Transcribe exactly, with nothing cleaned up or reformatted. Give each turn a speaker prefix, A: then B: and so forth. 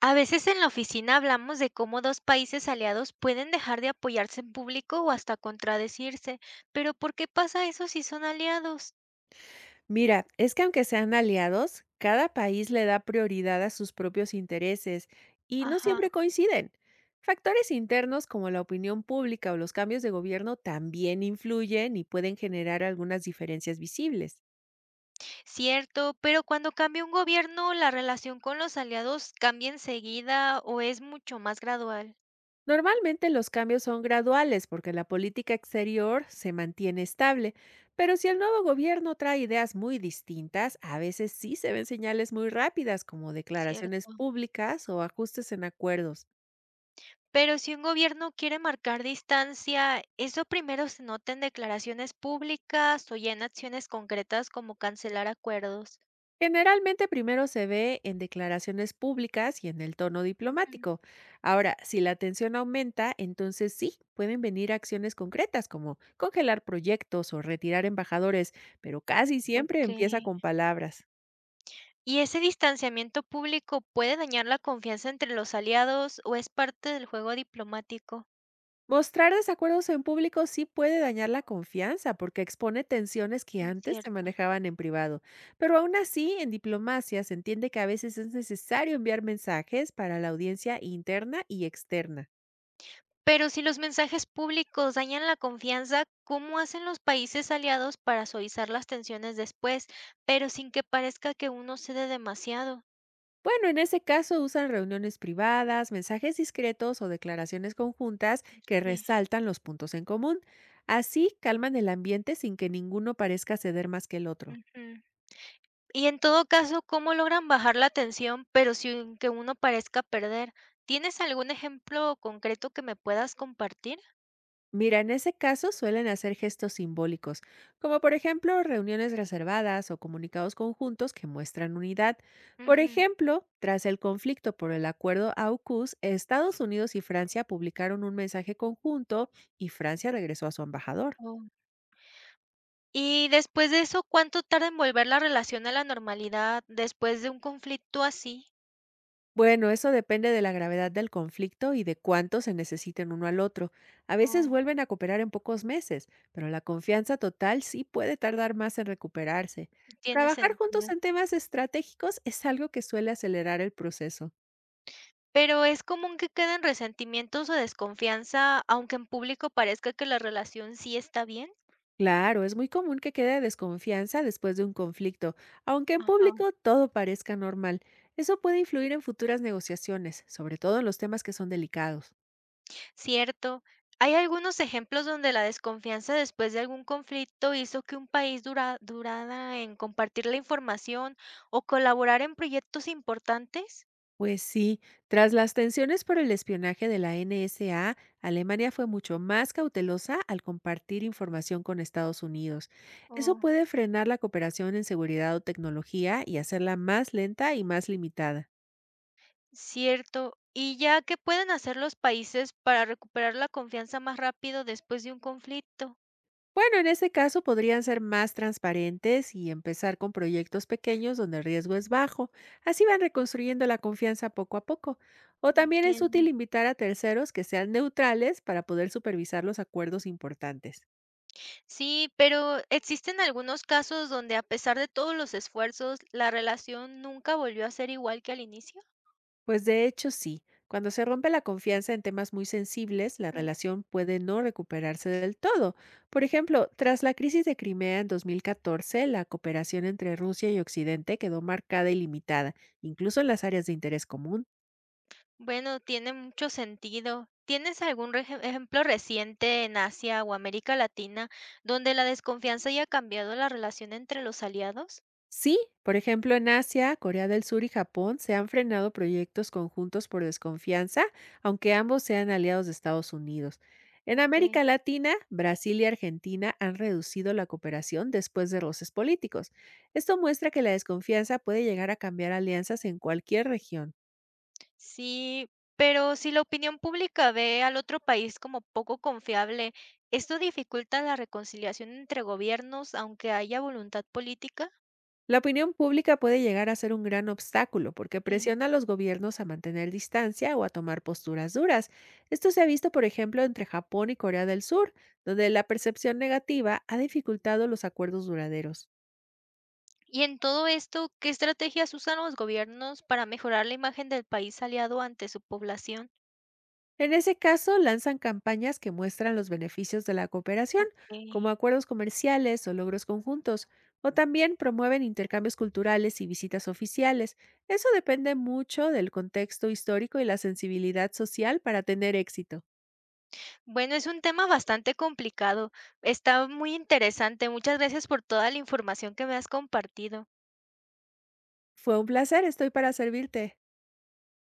A: A veces en la oficina hablamos de cómo dos países aliados pueden dejar de apoyarse en público o hasta contradecirse, pero ¿por qué pasa eso si son aliados?
B: Mira, es que aunque sean aliados, cada país le da prioridad a sus propios intereses y no
A: Ajá,
B: siempre coinciden. Factores internos como la opinión pública o los cambios de gobierno también influyen y pueden generar algunas diferencias visibles.
A: cierto, pero cuando cambia un gobierno, ¿la relación con los aliados cambia enseguida o es mucho más gradual?
B: Normalmente los cambios son graduales porque la política exterior se mantiene estable, pero si el nuevo gobierno trae ideas muy distintas, a veces sí se ven señales muy rápidas como declaraciones
A: Cierto.
B: públicas o ajustes en acuerdos.
A: Pero si un gobierno quiere marcar distancia, ¿eso primero se nota en declaraciones públicas o ya en acciones concretas como cancelar acuerdos?
B: Generalmente primero se ve en declaraciones públicas y en el tono
A: Ujú.
B: diplomático. Ahora, si la tensión aumenta, entonces sí, pueden venir acciones concretas como congelar proyectos o retirar embajadores, pero casi siempre
A: Ok.
B: empieza con palabras.
A: ¿Y ese distanciamiento público puede dañar la confianza entre los aliados o es parte del juego diplomático?
B: Mostrar desacuerdos en público sí puede dañar la confianza porque expone tensiones que antes se
A: Cierto.
B: manejaban en privado, pero aún así en diplomacia se entiende que a veces es necesario enviar mensajes para la audiencia interna y externa.
A: Pero si los mensajes públicos dañan la confianza, ¿cómo hacen los países aliados para suavizar las tensiones después, pero sin que parezca que uno cede demasiado?
B: Bueno, en ese caso usan reuniones privadas, mensajes discretos o declaraciones conjuntas que
A: Sí.
B: resaltan los puntos en común. Así calman el ambiente sin que ninguno parezca ceder más que el otro.
A: Ujú. Y en todo caso, ¿cómo logran bajar la tensión, pero sin que uno parezca perder? ¿Tienes algún ejemplo concreto que me puedas compartir?
B: Mira, en ese caso suelen hacer gestos simbólicos, como por ejemplo reuniones reservadas o comunicados conjuntos que muestran unidad. Por ejemplo, tras el conflicto por el acuerdo AUKUS, Estados Unidos y Francia publicaron un mensaje conjunto y Francia regresó a su embajador.
A: Ujú. Y después de eso, ¿cuánto tarda en volver la relación a la normalidad después de un conflicto así?
B: Bueno, eso depende de la gravedad del conflicto y de cuánto se necesiten uno al otro. A veces
A: Oh,
B: vuelven a cooperar en pocos meses, pero la confianza total sí puede tardar más en recuperarse.
A: tiene
B: Trabajar
A: sentido.
B: juntos en temas estratégicos es algo que suele acelerar el proceso.
A: Pero ¿es común que queden resentimientos o desconfianza, aunque en público parezca que la relación sí está bien?
B: Claro, es muy común que quede desconfianza después de un conflicto, aunque en
A: Ajá.
B: público todo parezca normal. Eso puede influir en futuras negociaciones, sobre todo en los temas que son delicados.
A: Cierto. ¿Hay algunos ejemplos donde la desconfianza después de algún conflicto hizo que un país dura, durara en compartir la información o colaborar en proyectos importantes?
B: Pues sí, tras las tensiones por el espionaje de la N S A, Alemania fue mucho más cautelosa al compartir información con Estados Unidos. Eso
A: Oh.
B: puede frenar la cooperación en seguridad o tecnología y hacerla más lenta y más limitada.
A: Cierto. ¿Y ya qué pueden hacer los países para recuperar la confianza más rápido después de un conflicto?
B: Bueno, en ese caso podrían ser más transparentes y empezar con proyectos pequeños donde el riesgo es bajo. Así van reconstruyendo la confianza poco a poco. O también es útil
A: Entiendo.
B: invitar a terceros que sean neutrales para poder supervisar los acuerdos importantes.
A: Sí, pero ¿existen algunos casos donde a pesar de todos los esfuerzos, la relación nunca volvió a ser igual que al inicio?
B: Pues de hecho sí, cuando se rompe la confianza en temas muy sensibles, la
A: Mm.
B: relación puede no recuperarse del todo. Por ejemplo, tras la crisis de Crimea en dos mil catorce, la cooperación entre Rusia y Occidente quedó marcada y limitada, incluso en las áreas de interés común.
A: Bueno, tiene mucho sentido. ¿Tienes algún reje- ejemplo reciente en Asia o América Latina donde la desconfianza haya cambiado la relación entre los aliados?
B: Sí, por ejemplo, en Asia, Corea del Sur y Japón se han frenado proyectos conjuntos por desconfianza, aunque ambos sean aliados de Estados Unidos. En
A: Ok.
B: América Latina, Brasil y Argentina han reducido la cooperación después de roces políticos. Esto muestra que la desconfianza puede llegar a cambiar alianzas en cualquier región.
A: Sí, pero si la opinión pública ve al otro país como poco confiable, ¿esto dificulta la reconciliación entre gobiernos aunque haya voluntad política?
B: La opinión pública puede llegar a ser un gran obstáculo porque
A: Sí.
B: presiona a los gobiernos a mantener distancia o a tomar posturas duras. Esto se ha visto, por ejemplo, entre Japón y Corea del Sur, donde la percepción negativa ha dificultado los acuerdos duraderos.
A: Y en todo esto, ¿qué estrategias usan los gobiernos para mejorar la imagen del país aliado ante su población?
B: En ese caso, lanzan campañas que muestran los beneficios de la cooperación,
A: Ok.
B: como acuerdos comerciales o logros conjuntos, o también promueven intercambios culturales y visitas oficiales. Eso depende mucho del contexto histórico y la sensibilidad social para tener éxito.
A: Bueno, es un tema bastante complicado. Está muy interesante. Muchas gracias por toda la información que me has compartido.
B: Fue un placer, estoy para servirte.